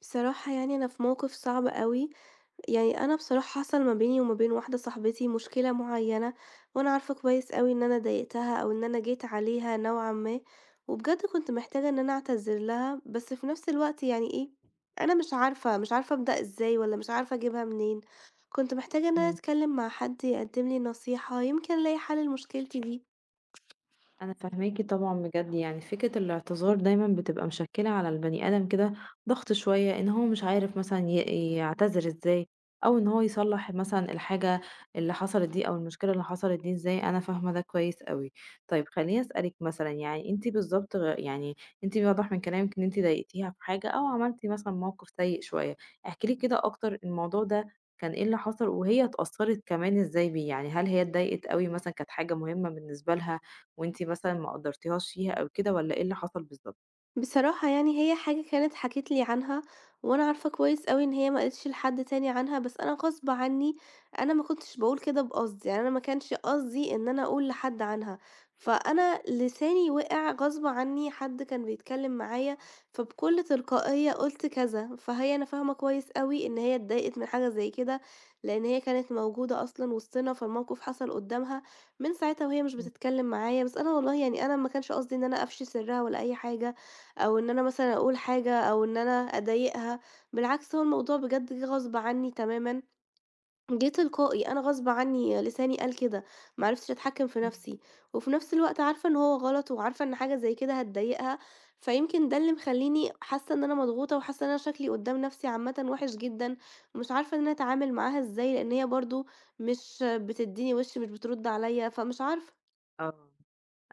بصراحة يعني أنا في موقف صعب أوي، يعني أنا بصراحة حصل ما بيني وما بين واحدة صاحبتي مشكلة معيّنة، وأنا عارفة كويس أوي إن أنا ضايقتها أو إن أنا جيت عليها نوعًا ما، وبجد كنت محتاجة إن أنا أعتذر لها، بس في نفس الوقت يعني إيه، أنا مش عارفة، مش عارفة أبدأ إزاي والّا مش عارفة أجيبها منين، كنت محتاجة إن أنا إمم، أتكلم مع حد يقدم لي نصيحة، يمكن ألاقي حل لمشكلتي دي. أنا فاهماكِ طبعًا بجد، يعني فكرة الاعتذار دايمًا بتبقى مشكّلة على البني آدم كده ضغط شوية، إن هو مش عارف مثلًا يعتذر إزاي، أو إن هو يصلّح مثلًا الحاجة اللي حصلت دي أو المشكلة اللي حصلت دي إزاي. أنا فاهمة ده كويس أوي. طيب خلّيني أسألِك مثلًا، يعني أنتِ بالضبط يعني أنتِ واضح من كلامِك إن أنتِ ضايقتيها في حاجة أو عملتِ مثلًا موقف سيء شوية. احكي لي كده أكتر، الموضوع ده كان إيه اللي حصل، وهي اتأثّرت كمان إزاي بيه، يعني هل هي اتضايقت أوي، مثلًا كانت حاجة مهمة بالنسبة لها وأنتِ مثلًا ما قدّرتيهاش فيها أو كده، والّا إيه اللي حصل بالضبط؟ بصراحة يعني هي حاجة كانت حكِت لي عنها، وأنا عارفة كويس أوي إن هي ما قالتش لحد تاني عنها، بس أنا غصب عني أنا ما كنتش باقول كده بقصد، يعني أنا ما كانش قصدي إن أنا أقول لحد عنها، فأنا لساني وقع غصب عني، حد كان بيتكلم معايا، فبكل تلقائية قُلت كذا، فهي أنا فاهمة كويس أوي إن هي اتضايقت من حاجة زي كده، لإن هي كانت موجودة أصلًا وسطنا، فالموقف حصل قدّامها، من ساعتها وهي مش إمم. بتتكلم معايا، بس أنا والله يعني أنا ما كانش قصدي إن أنا أفشي سرها ولا أي حاجة. أو إن أنا مثلًا أكيد. أقول حاجة أو إن أنا أضايقها، بالعكس هو الموضوع بجد جه غصب عني تمامًا، جه تلقائي، أنا غصب عني لساني قال كده، ما عرفتش أتحكم في إمم. نفسي، وفي نفس الوقت عارفة إن هو غلط وعارفة إن حاجة زي كده هتضايقها، فيمكن ده اللي مخلّيني حاسة إن أنا مضغوطة وحاسة إن أنا شكلي قدّام نفسي عامةً وِحِش جدًا، ومش عارفة إن أنا أتعامل معاها إزاي، لإن هي برضه مش بتدّيني وِش، مش بترد عليَّ، فمش عارفة. آه.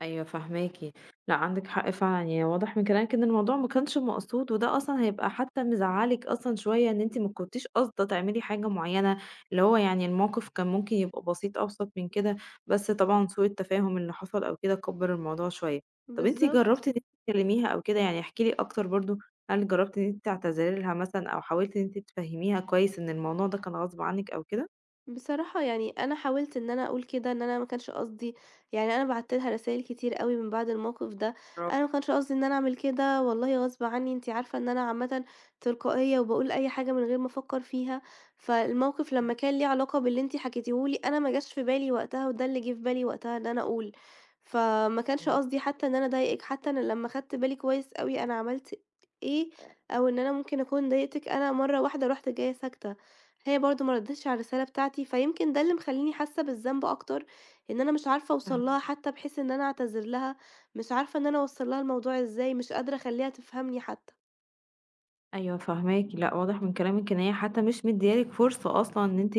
أيوه فاهماكِ. لأ، عندِك حق فعلًا، يعني واضح من كلامِك إن الموضوع ما كانش مقصود، وده أصلًا هيبقى حتى مزعّلِك أصلًا شوية، إن أنتِ ما كنتيش قاصدة تعملي حاجة معيّنة، اللي هو يعني الموقف كان ممكن يبقى بسيط أبسط من كده، بس طبعًا سوء التفاهم اللي حصل أو كده كبّر الموضوع شوية. طَب أنتِ بالضبط. جرّبتِ إن أنتِ تكلميها أو كده؟ يعني احكي لي أكتر برضه، هل جرّبتِ إن أنتِ تعتذري لها مثلًا، أو حاولتِ إن أنتِ تفهّميها كويس إن الموضوع ده كان غصب عنِّك أو كده؟ بصراحة يعني أنا حاولت إن أنا أقول كده إن أنا ما كانش قصدي، يعني أنا بعت لها رسايل كتير أوي من بعد الموقف ده. برافو. أنا ما كانش قصدي إن أنا أعمل كده والله غصب عني، أنتي عارفة إن أنا عامة تلقائية وبقول أي حاجة من غير ما أفكر فيها، فالموقف إمم. لما كان ليه علاقة باللي أنتي حكيتيهولي أنا ما جاش في بالي وقتها، وده اللي جه في بالي وقتها إن أنا أقول، فما كانش إمم. قصدي حتى إن أنا أضايقك. حتى أنا لما خدت بالي كويس أوي أنا عملت إيه أو إن أنا ممكن أكون ضايقتك، أنا مرة واحدة رحت جاية ساكتة، هي برضه ما ردِّتش على الرسالة بتاعتي، فيمكن ده اللي مخلّيني حاسة بالذنب أكتر، إن أنا مش عارفة أوصل لها فاهماكِ. حتى بحيث إن أنا أعتذر لها، مش عارفة إن أنا أوصّل لها الموضوع إزاي، مش قادرة أخلّيها تفهمني حتى. أيوه فاهماكِ، لأ واضح من كلامِك إن هي حتى مش مديّة لِك فرصة أصلًا إن أنتِ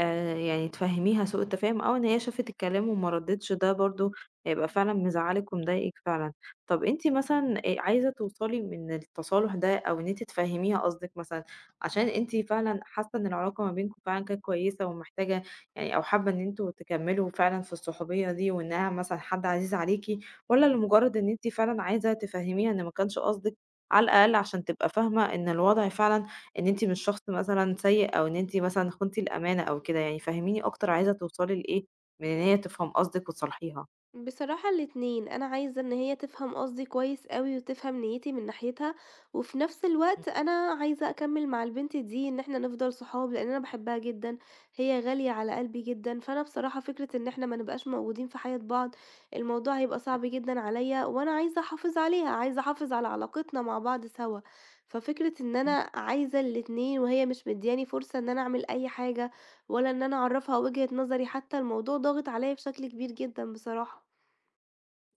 يعني تفهّميها سوء التفاهم، أو إن هي شافت الكلام وما ردِّتش، ده برضه هيبقى فعلًا مزعّلِك ومضايقِك فعلًا. طَب أنتِ مثلًا عايزة توصلي من التصالُح ده أو إن أنتِ تفهّميها قصدِك مثلًا، عشان أنتِ فعلًا حاسة إن العلاقة ما بينكم فعلًا كانت كويسة ومحتاجة، يعني أو حابة إن أنتم تكمّلوا فعلًا في الصحوبية دي وإنها مثلًا حد عزيز عليكِ، والّا لمُجرّد إن أنتِ فعلًا عايزة تفهّميها إن ما كانش قصدِك، على الأقل عشان تبقى فاهمة إن الوضع فعلًا إن أنتِ مش شخص مثلًا سيء أو إن أنتِ مثلًا خنتِ الأمانة أو كده يعني. فهّميني أكتر، عايزة توصلي لإيه من إن هي تفهم قصدِك وتصالحيها؟ بصراحة الاتنين، أنا عايزة إن هي تفهم قصدي كويس أوي وتفهم نيتي من ناحيتها، وفي نفس إمم. الوقت أنا عايزة أكمل مع البنت دي، إن إحنا نفضل صحاب لأن أنا باحبها جدًا، هي غالية على قلبي جدًا، فأنا بصراحة فكرة إن إحنا ما نبقاش موجودين في حياة بعض الموضوع هيبقى صعب أكيد. جدًا عليَّ، وأنا عايزة أحافظ عليها، عايزة أحافظ على علاقتنا مع بعض سوا، ففكرة إن إمم. أنا عايزة الاتنين وهي مش مدياني فرصة إن أنا أعمل أي حاجة، ولا إن أنا أعرفها وجهة نظري حتى، الموضوع ضاغط عليَّ بشكل كبير جدًا بصراحة.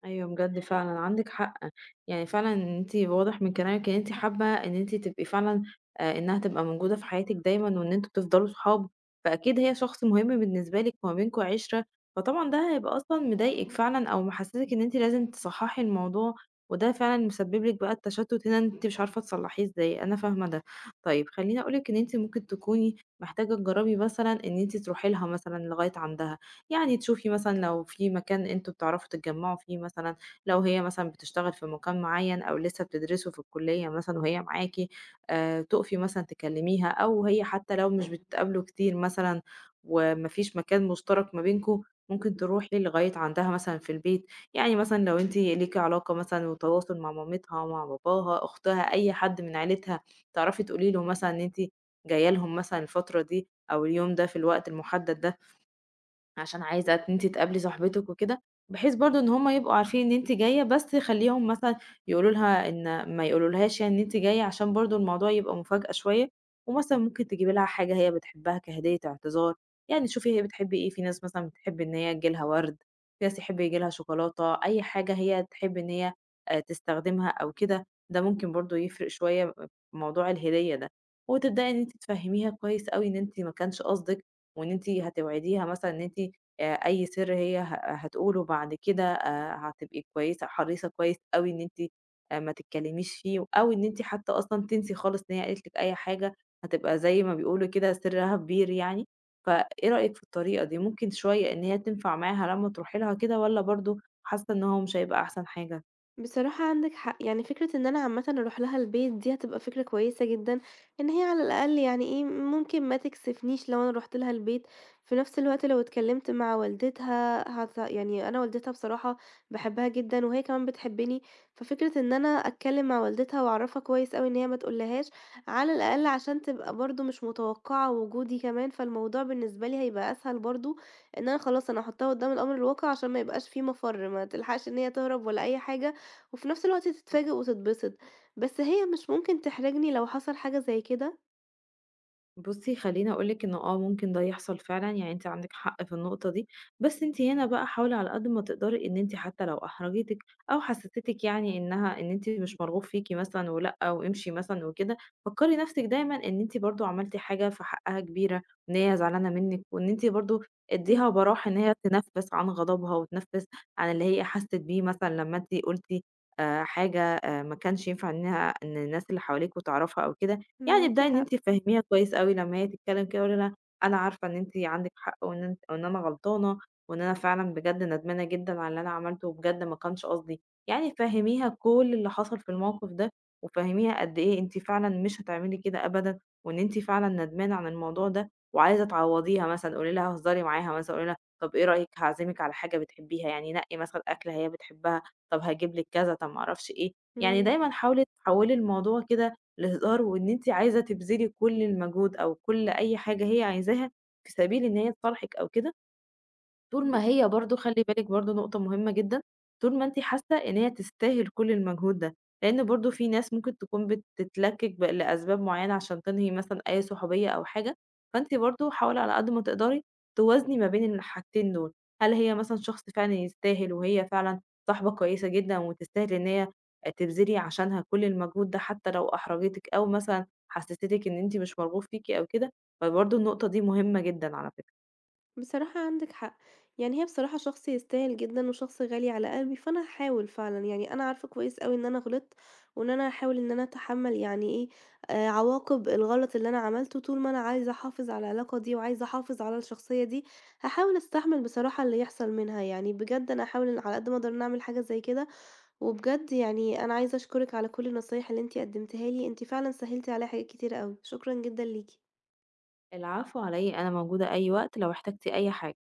أيوه، بجد فعلًا عندِك حق، يعني فعلًا أنتِ واضح من كلامِك إن أنتِ حابة إن أنتِ تبقي فعلًا إنها تبقى موجودة في حياتِك دايمًا وإن أنتم تفضلوا صحاب، فأكيد هي شخص مهم بالنسبة لِك وما بينكم عِشرة، فطبعًا ده هيبقى أصلًا مضايقِك فعلًا أو محسسِك إن أنتِ لازم تصحّحي الموضوع، وده فعلًا مسبب لِك بقى التشتت هنا، إن أنتِ مش عارفة تصلّحيه إزاي، أنا فاهمة ده. طيب خلّيني أقول لِك إن أنتِ ممكن تكوني محتاجة تجرّبي مثلًا إن أنتِ تروحي لها مثلًا لغاية عندها. يعني تشوفي مثلًا لو في مكان أنتم بتعرفوا تتجمعوا فيه مثلًا، لو هي مثلًا بتشتغل في مكان معين، أو لسه بتدرسوا في الكلية مثلًا وهي معاكِ، تُقفي مثلًا تكلميها، أو هي حتى لو مش بتتقابلوا كتير مثلًا وما فيش مكان مشترك ما بينكم، ممكن تروحي لغاية عندها مثلًا في البيت. يعني مثلًا لو أنتِ ليكِ علاقة مثلًا وتواصل مع مامتها، مع باباها، أختها، أي حد من عيلتها، تعرفي تقولي له مثلًا إن أنتِ جاية لهم مثلًا الفترة دي أو اليوم ده في الوقت المحدد ده، عشان عايزة إن أنتِ تقابلي صاحبتِك وكده، بحيث برضه إن هُم يبقوا عارفين إن أنتِ جاية، بس خلّيهم مثلًا يقولوا لها، إن ما يقولولهاش يعني إن أنتِ جاية، عشان برضه الموضوع يبقى مفاجأة شوية. ومثلًا ممكن تجيبي لها حاجة هي بتحبها كهدية اعتذار، يعني شوفي هي بتحب إيه، في ناس مثلًا بتحب إن هي ييجي لها ورد، في ناس يحب ييجي لها شوكولاتة، أي حاجة هي تحب إن هي تستخدمها أو كده، ده ممكن برضه يفرق شوية في موضوع الهدية ده. وتبدئي إن أنتِ تفهميها كويس أوي إن أنتِ ما كانش قصدِك، وإن أنتِ هتوعديها مثلًا إن أنتِ أي سر هي هتقوله بعد كده هتبقي كويسة حريصة كويس أوي إن أنتِ ما تتكلميش فيه، أو إن أنتِ حتى أصلًا تنسي خالص إن هي قالت لِك أي حاجة، هتبقى زي ما بيقولوا كده سرها كبير يعني. فإيه رأيك في الطريقة دي؟ ممكن شوية إن هي تنفع معاها لمّا تروحي لها كده، والّا برضه حاسة إن هو مش هيبقى أحسن حاجة؟ بصراحة عندِك حق، يعني فكرة إن أنا عامةً أروح لها البيت دي هتبقى فكرة كويسة جدًا، إن هي على الأقل يعني إيه، ممكن ما تكسفنيش لو أنا رُحت لها البيت، في نفس الوقت لو اتكلمت مع والدتها يعني أنا والدتها بصراحة باحبها جدًا وهي كمان بتحبني، ففكرة إن أنا أتكلم مع والدتها وأعرفها كويس أوي إن هي ما تقولهاش، على الأقل عشان تبقى برضه مش متوقعة وجودي كمان، فالموضوع بالنسبة لي هيبقى أسهل برضه، إن أنا خلاص أنا هاحطها قدّام الأمر الواقع عشان ما يبقاش في مفر، ما تلحقش إن هي تهرب ولا أي حاجة. وفي نفس الوقت تتفاجئ وتتبسط، بس هي مش ممكن تحرجني لو حصل حاجة زي كده؟ بُصّي، خلّيني أقول لِك إنه ممكن ده يحصل فعلًا، يعني أنتِ عندِك حق في النقطة دي، بس أنتِ هنا بقى حاولي على قد ما تقدري، إن أنتِ حتى لو أحرجتِك أو حسستِك يعني إنها إن أنتِ مش مرغوب فيكِ مثلًا ولأ وامشي مثلًا وكده، فكّري نَفْسِك دايمًا إن أنتِ برضه عملتِ حاجة في حقها كبيرة، إن هي زعلانة منِّك، وإن أنتِ برضه ادّيها إمم، براح إن هي تنفّس عن غضبها وتنفّس عن اللي هي حَسِّت بيه، مثلًا لمّا أنتِ قُلتِ حاجة ما كانش ينفع إنها إن الناس اللي حواليكم تعرفها أو كده. يعني معاكِ ابدئي إن حق. أنتِ تفهّميها كويس أوي، لمّا هي تتكلّم كده قولي لها أنا عارفة إن أنتِ عندِك حق وإن أنتِ وإن أنا غلطانة وإن أنا فعلًا بجد ندمانة جدًا على اللي أنا عملته وبجد ما كانش قصدي، يعني فهّميها كل اللي حصل في الموقف ده، وفهّميها قد إيه أنتِ فعلًا مش هتعملي كده أبدًا، وإن أنتِ فعلًا ندمانة عن الموضوع ده وعايزة تعوّضيها مثلًا. قولي لها هزّري معاها مثلًا، قولي لها طَب إيه رأيِك، هاعزمِك على حاجة بتحبيها، يعني نقّي مثلًا أكلة هي بتحبها، طَب هاجيب لِك كذا، طَب ما أعرفش إيه. يعني إمم، دايمًا حاولي تحوّلي الموضوع كده الهزار، وإن أنتِ عايزة تبذلي كل المجهود أو كل أي حاجة هي عايزاها في سبيل إن هي تفرحِك أو كده. طول ب ما هي برضه، خلّي بالِك برضه نقطة مهمة جدًا، طول ما أنتِ حاسة إن هي تستاهل كل المجهود ده، لإن برضه في ناس ممكن تكون بتتلكِّك لأسباب معيّنة عشان تنهي مثلًا أي صحوبية أو حاجة، فأنتِ برضه حاولي على قد ما تقدري توازني ما بين الحاجتين دول، هل هي مثلًا شخص فعلًا يستاهل وهي فعلًا صاحبة كويسة جدًا وتستاهل إن هي تبذلي عشانها كل المجهود ده حتى لو أحرجتِك، أو مثلًا حسستِك إن أنتِ مش مرغوب فيكِ أو كده، فبرضه النقطة دي مهمة جدًا على فكرة. بصراحة عندِك حق، يعني هي بصراحة شخص يستاهل جدًا وشخص غالي على قلبي، فأنا هاحاول فعلًا، يعني أنا عارفة كويس أوي إن أنا غلطت، وإن أنا هاحاول إن أنا أتحمل يعني إيه، عواقب الغلط اللي أنا عملته، طول ما أنا عايزة أحافظ على العلاقة دي وعايزة أحافظ على الشخصية دي، هاحاول أستحمل بصراحة اللي يحصل منها، يعني بجد أنا هاحاول على قد ما أقدر إن أعمل حاجة زي كده. وبجد يعني أنا عايزة أشكرِك على كل النصايح اللي أنتِ قدمتيها لي، أنتِ فعلًا سهّلتِ عليَّ حاجات كتيرة أوي، شكرًا جدًا ليكِ. العفو على إيه، أنا موجودة أي وقت لو احتجتِ أي حاجة.